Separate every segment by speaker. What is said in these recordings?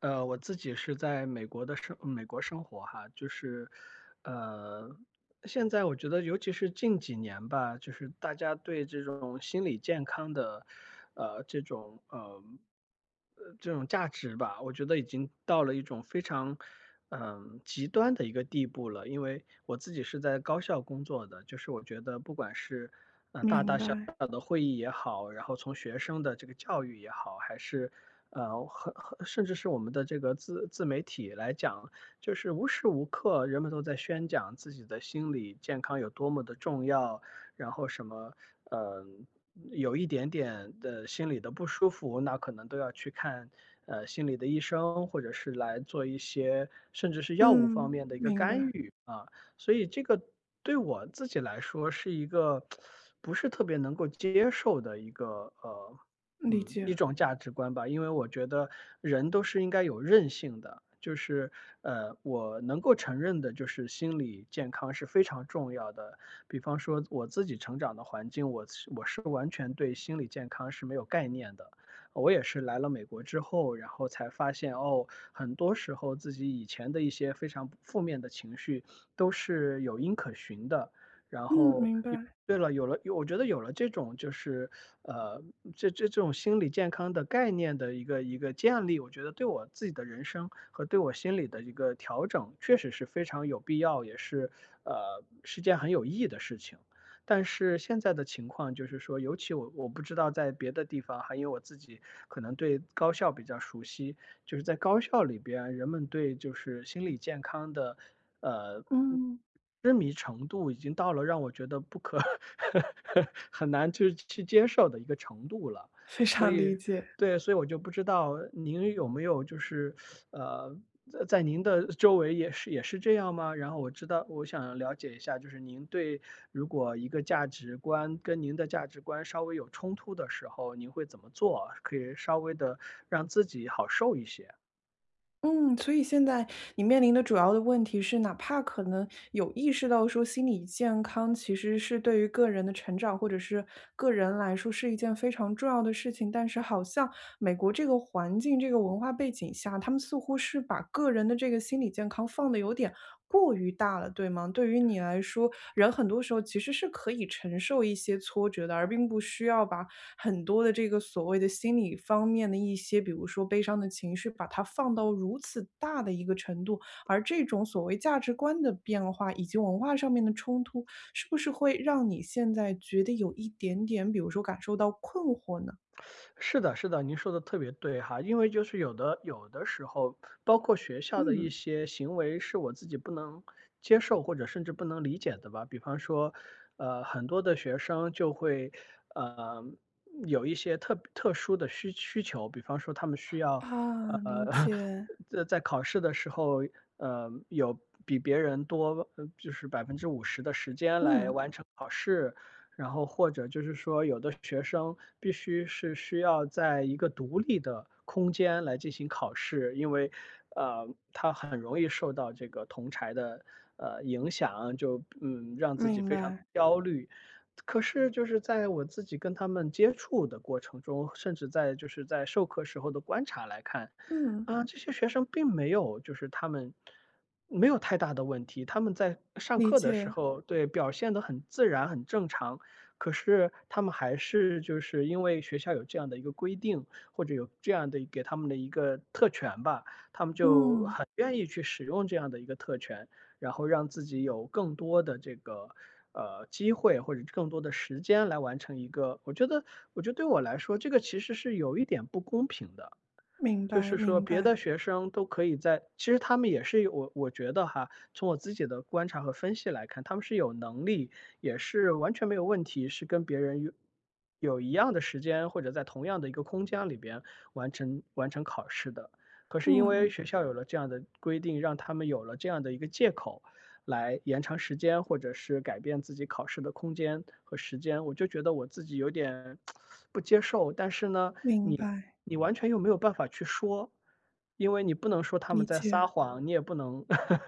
Speaker 1: 我自己是在美国的美国生活哈，就是，呃，现在我觉得尤其是近几年吧，就是大家对这种心理健康的，呃，这种呃，这种价值吧，我觉得已经到了一种非常极端的一个地步了。因为我自己是在高校工作的，就是我觉得不管是大
Speaker 2: 明
Speaker 1: 大小
Speaker 2: 白。
Speaker 1: 小的会议也好，然后从学生的这个教育也好，还是呃，很很甚至是我们的这个自媒体来讲，就是无时无刻人们都在宣讲自己的心理健康有多么的重要，然后什么，呃，有一点点的心理的不舒服，那可能都要去看心理的医生，或者是来做一些甚至是药物方
Speaker 2: 嗯，
Speaker 1: 面的一个
Speaker 2: 明
Speaker 1: 干
Speaker 2: 白。
Speaker 1: 预啊。所以这个对我自己来说是一个 不是特别能够接受的一个呃
Speaker 2: 理
Speaker 1: 嗯，
Speaker 2: 解。
Speaker 1: 一种价值观吧，因为我觉得人都是应该有韧性的，就是我能够承认的，就是心理健康是非常重要的。比方说我自己成长的环境，我是完全对心理健康是没有概念的。我也是来了美国之后，然后才发现哦，很多时候自己以前的一些非常负面的情绪都是有因可循的。然
Speaker 2: 嗯，
Speaker 1: 后
Speaker 2: 明白。
Speaker 1: 有对了，有了有我觉得有了这种就是，呃，这种心理健康的概念的一个建立，我觉得对我自己的人生和对我心理的一个调整，确实是非常有必要，也是，是件很有意义的事情。但是现在的情况就是说，尤其我不知道在别的地方哈，因为我自己可能对高校比较熟悉，就是在高校里边，人们对就是心理健康的，呃，嗯
Speaker 2: 嗯，
Speaker 1: 痴迷程度已经到了让我觉得不可 很难去接受的一个程度了。
Speaker 2: 非
Speaker 1: 所
Speaker 2: 常
Speaker 1: 以
Speaker 2: 理解。
Speaker 1: 对，所以我就不知道您有没有就是，呃，在您的周围也是这样吗？然后我知道我想了解一下，就是您对如果一个价值观跟您的价值观稍微有冲突的时候，您会怎么做，可以稍微的让自己好受一些？
Speaker 2: 嗯，所以现在你面临的主要的问题是，哪怕可能有意识到说心理健康其实是对于个人的成长或者是个人来说是一件非常重要的事情，但是好像美国这个环境、这个文化背景下，他们似乎是把个人的这个心理健康放的有点过于大了，对吗？对于你来说，人很多时候其实是可以承受一些挫折的，而并不需要把很多的这个所谓的心理方面的一些，比如说悲伤的情绪，把它放到如此大的一个程度，而这种所谓价值观的变化以及文化上面的冲突，是不是会让你现在觉得有一点点，比如说感受到困惑呢？
Speaker 1: 是的，是的，您说的特别对哈，因为就是有的时候，包括学校的一
Speaker 2: 嗯。
Speaker 1: 些行为是我自己不能接受或者甚至不能理解的吧。比方说，很多的学生就会呃有一些特殊的需求，比方说他们需要呃
Speaker 2: 啊，理 解。
Speaker 1: 在考试的时候，有比别人多就是50%的时间来
Speaker 2: 嗯，
Speaker 1: 完成考试，然后或者就是说，有的学生必须是需要在一个独立的空间来进行考试，因为，呃，他很容易受到这个同儕的，影响，就让自己
Speaker 2: 明
Speaker 1: 非常
Speaker 2: 白。
Speaker 1: 焦虑。可是就是在我自己跟他们接触的过程中，甚至就是在授课时候的观察来看，
Speaker 2: 嗯，
Speaker 1: 啊，这些学生并没有就是他们没有太大的问题，他们在上
Speaker 2: 理
Speaker 1: 课的时
Speaker 2: 解。
Speaker 1: 候，对，表现得很自然、很正常。可是他们还是就是因为学校有这样的一个规定，或者有这样的给他们的一个特权吧，他们就
Speaker 2: 嗯，
Speaker 1: 很愿意去使用这样的一个特权，然后让自己有更多的这个。机会或者更多的时间来完成一个，我觉得对我来说，这个其实是有一点不公平的。
Speaker 2: 明
Speaker 1: 就
Speaker 2: 白，
Speaker 1: 是说
Speaker 2: 明
Speaker 1: 别的
Speaker 2: 白。
Speaker 1: 学生都可以其实他们也是有我觉得哈，从我自己的观察和分析来看，他们是有能力，也是完全没有问题，是跟别人有一样的时间或者在同样的一个空间里边完成考试的。可是因为
Speaker 2: 嗯，
Speaker 1: 学校有了这样的规定，让他们有了这样的一个借口来延长时间，或者是改变自己考试的空间和时间，我就觉得我自己有点 不接受。但是呢，
Speaker 2: 明
Speaker 1: 你
Speaker 2: 白。
Speaker 1: 你完全又没有办法去说，因为你不能说他们
Speaker 2: 理
Speaker 1: 在
Speaker 2: 解。
Speaker 1: 撒谎，你也不能，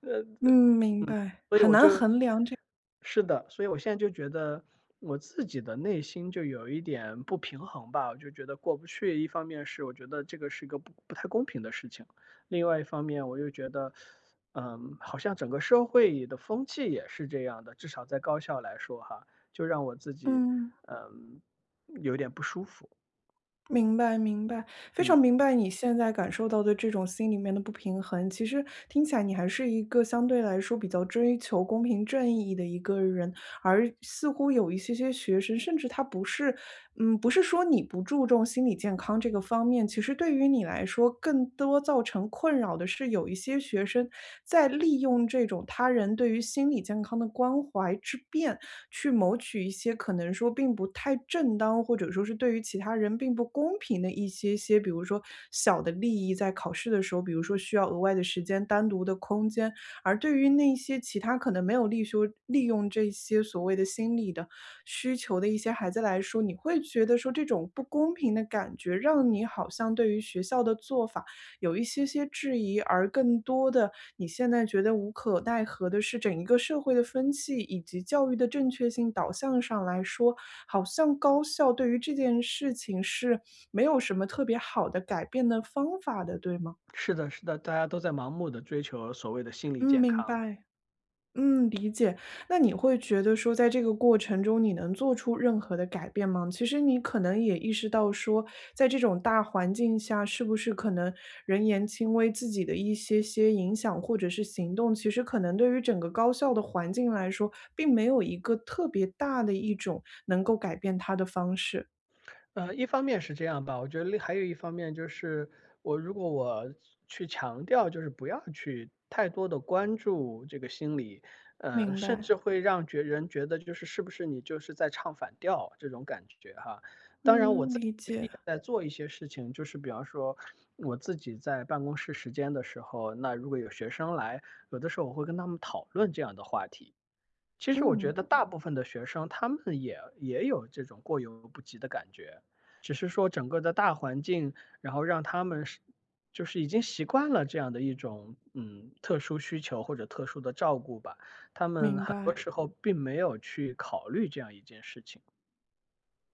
Speaker 1: 呃，
Speaker 2: 嗯，
Speaker 1: 呃
Speaker 2: 明白，
Speaker 1: 所以
Speaker 2: 很难衡量这。
Speaker 1: 是的，所以我现在就觉得我自己的内心就有一点不平衡吧，我就觉得过不去。一方面是我觉得这个是一个不太公平的事情，另外一方面我又觉得，好像整个社会的风气也是这样的，至少在高校来说哈，就让我自己，
Speaker 2: 嗯。
Speaker 1: 嗯，有点不舒服，
Speaker 2: 明白明白，非
Speaker 1: 嗯。
Speaker 2: 常明白你现在感受到的这种心里面的不平衡。其实听起来你还是一个相对来说比较追求公平正义的一个人，而似乎有一些些学生，甚至他不是，嗯，不是说你不注重心理健康这个方面，其实对于你来说，更多造成常困扰的是，有一些学生在利用这种他人对于心理健康的关怀之便，去谋取一些可能说并不太正当，或者说是对于其他人并不公平的一些些，比如说小的利益，在考试的时候，比如说需要额外的时间、单独的空间，而对于那些其他可能没有利修利用这些所谓的心理的需求的一些孩子来说，你会觉得说这种不公平的感觉，让你好像对于学校的做法。有一些些质疑，而更多的你现在觉得无可奈何的是，整一个社会的风气以及教育的正确性导向上来说，好像高校对于这件事情是没有什么特别好的改变的方法的，对吗？
Speaker 1: 是的，是的，大家都在盲目的追求所谓的心理
Speaker 2: 嗯，
Speaker 1: 健
Speaker 2: 明
Speaker 1: 康。
Speaker 2: 白。嗯，理解。那你会觉得说，在这个过程中，你能做出任何的改变吗？其实你可能也意识到说，在这种大环境下，是不是可能人言轻微，自己的一些些影响或者是行动，其实可能对于整个高校的环境来说，并没有一个特别大的一种能够改变它的方式。
Speaker 1: 一方面是这样吧，我觉得另还有一方面就是，我如果我去强调，就是不要去太多的关注这个心理，
Speaker 2: 明
Speaker 1: 甚至
Speaker 2: 白。
Speaker 1: 会让觉人觉得就是是不是你就是在唱反调这种感觉哈。当然我
Speaker 2: 嗯，
Speaker 1: 自
Speaker 2: 理
Speaker 1: 己
Speaker 2: 解。
Speaker 1: 也在做一些事情，就是比方说我自己在办公室时间的时候，那如果有学生来，有的时候我会跟他们讨论这样的话题。其实我觉
Speaker 2: 嗯，
Speaker 1: 得大部分的学生，他们也有这种过犹不及的感觉，只是说整个的大环境，然后让他们就是已经习惯了这样的一种特殊需求或者特殊的照顾吧，他们
Speaker 2: 明
Speaker 1: 很多
Speaker 2: 白。
Speaker 1: 时候并没有去考虑这样一件事情。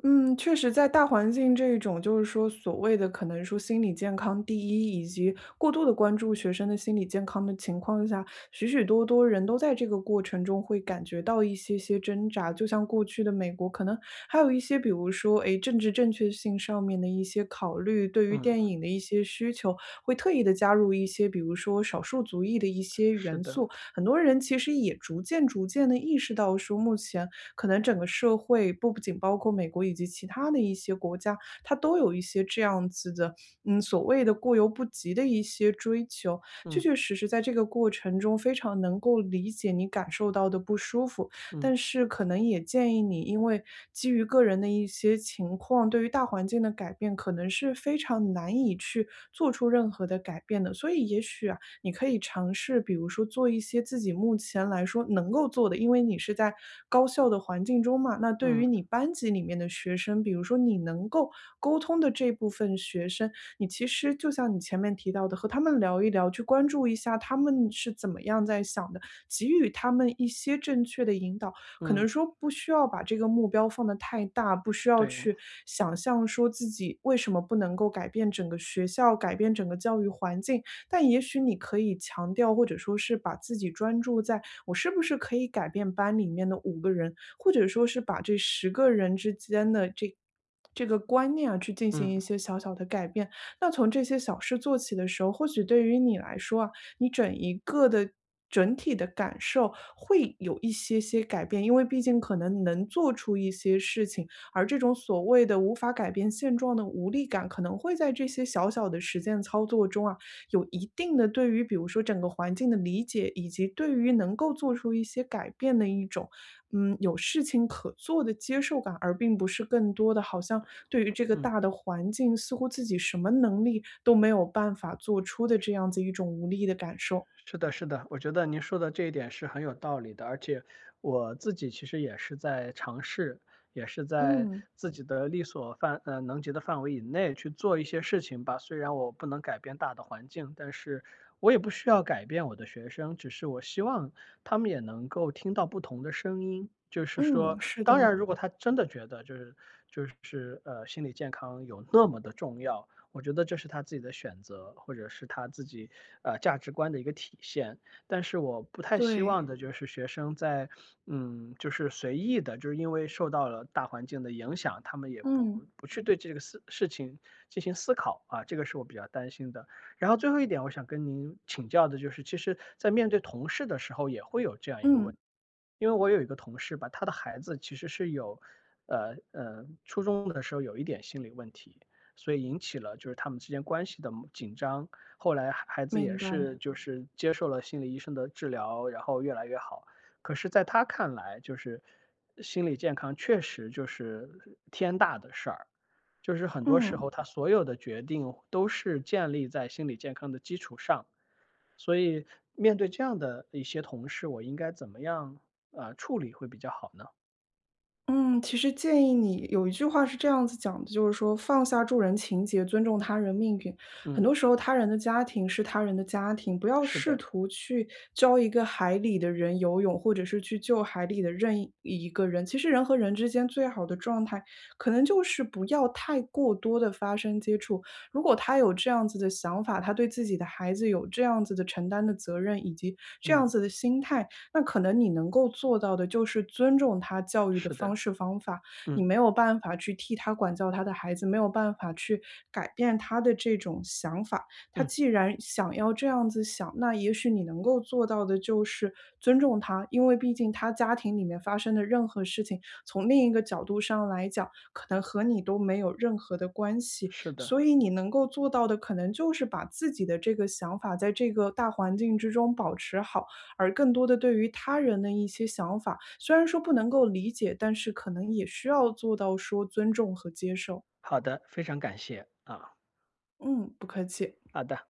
Speaker 2: 嗯，确实，在大环境这种就是说所谓的可能说心理健康第一，以及过度的关注学生的心理健康的情况下，许许多多人都在这个过程中会感觉到一些些挣扎。就像过去的美国，可能还有一些，比如说，诶，政治正确性上面的一些考虑，对于
Speaker 1: 嗯，
Speaker 2: 电影的一些需求，会特意的加入一些，比如说少数族裔的一些
Speaker 1: 是
Speaker 2: 元
Speaker 1: 的，
Speaker 2: 素。很多人其实也逐渐逐渐的意识到说，目前可能整个社会不仅包括美国以及其他的一些国家，它都有一些这样子的，嗯，所谓的过犹不及的一些追求。确确
Speaker 1: 嗯
Speaker 2: 实实在这个过程中，非常能够理解你感受到的不舒服，
Speaker 1: 嗯
Speaker 2: 但是可能也建议你，因为基于个人的一些情况，对于大环境的改变，可能是非常难以去做出任何的改变的。所以也许啊，你可以尝试，比如说做一些自己目前来说能够做的，因为你是在高校的环境中嘛。那对
Speaker 1: 嗯
Speaker 2: 于你班级里面的学生，比如说你能够沟通的这部分学生，你其实就像你前面提到的，和他们聊一聊，去关注一下他们是怎么样在想的，给予他们一些正确的引导。可能
Speaker 1: 嗯，
Speaker 2: 说不需要把这个目标放得太大，不需要
Speaker 1: 对，
Speaker 2: 去想象说自己为什么不能够改变整个学校、改变整个教育环境，但也许你可以强调，或者说是把自己专注在我是不是可以改变班里面的5个人，或者说是把这10个人之间的这个观念啊，去进行
Speaker 1: 嗯
Speaker 2: 一些小小的改变。那从这些小事做起的时候，或许对于你来说啊，你整一个的整体的感受会有一些些改变，因为毕竟可能能做出一些事情，而这种所谓的无法改变现状的无力感，可能会在这些小小的实践操作中啊，有一定的对于比如说整个环境的理解，以及对于能够做出一些改变的一种，嗯，有事情可做的接受感，而并不是更多的好像对于这个
Speaker 1: 嗯。
Speaker 2: 大的环境，似乎自己什么能力都没有办法做出的这样子一种无力的感受。
Speaker 1: 是的，是的，我觉得您说的这一点是很有道理的，而且我自己其实也是在尝试，也是在
Speaker 2: 嗯。
Speaker 1: 自己的力所能及的范围以内去做一些事情吧。虽然我不能改变大的环境，但是我也不需要改变我的学生，只是我希望他们也能够听到不同的声音。就是说，
Speaker 2: 嗯，是
Speaker 1: 当
Speaker 2: 的。
Speaker 1: 然，如果他真的觉得心理健康有那么的重要，我觉得这是他自己的选择，或者是他自己价值观的一个体现。但是我不太希望
Speaker 2: 对。
Speaker 1: 的就是学生在就是随意的，就是因为受到了大环境的影响，他们也不
Speaker 2: 嗯。
Speaker 1: 不去对这个事情进行思考啊，这个是我比较担心的。然后最后一点，我想跟您请教的就是，其实，在面对同事的时候，也会有这样一个
Speaker 2: 嗯，
Speaker 1: 问。因为我有一个同事吧，他的孩子其实是有，初中的时候有一点心理问题，所以引起了就是他们之间关系的紧张。后来孩子也
Speaker 2: 明
Speaker 1: 是
Speaker 2: 白。
Speaker 1: 就是接受了心理医生的治疗，然后越来越好。可是在他看来，就是心理健康确实就是天大的事儿，就是很多时
Speaker 2: 嗯。
Speaker 1: 候他所有的决定都是建立在心理健康的基础上。所以面对这样的一些同事，我应该怎么样处理会比较好呢？
Speaker 2: 嗯，其实建议你有一句话是这样子讲的，就是说放下助人情节，尊重他人命运。很
Speaker 1: 嗯，
Speaker 2: 多时候，他人的家庭是他人的家庭，不要
Speaker 1: 是
Speaker 2: 试
Speaker 1: 的，
Speaker 2: 图去教一个海里的人游泳，或者是去救海里的任意一个人。其实，人和人之间最好的状态，可能就是不要太过多的发生接触。如果他有这样子的想法，他对自己的孩子有这样子的承担的责任，以及这样
Speaker 1: 嗯，
Speaker 2: 子的心态。那可能你能够做到的就是尊重他教育的
Speaker 1: 是的，
Speaker 2: 方式方法，你
Speaker 1: 嗯
Speaker 2: 没有办法去替他管教他的孩子，没有办法去改变他的这种想法。他
Speaker 1: 嗯，
Speaker 2: 既然想要这样子想，那也许你能够做到的就是尊重他，因为毕竟他家庭里面发生的任何事情，从另一个角度上来讲，可能和你都没有任何的关系。
Speaker 1: 是的，
Speaker 2: 所以你能够做到的，可能就是把自己的这个想法在这个大环境之中保持好，而更多的对于他人的一些想法，虽然说不能够理解，但是可能也需要做到说尊重和接受。
Speaker 1: 好的，非常感谢啊，
Speaker 2: 嗯，不客气。
Speaker 1: 好的。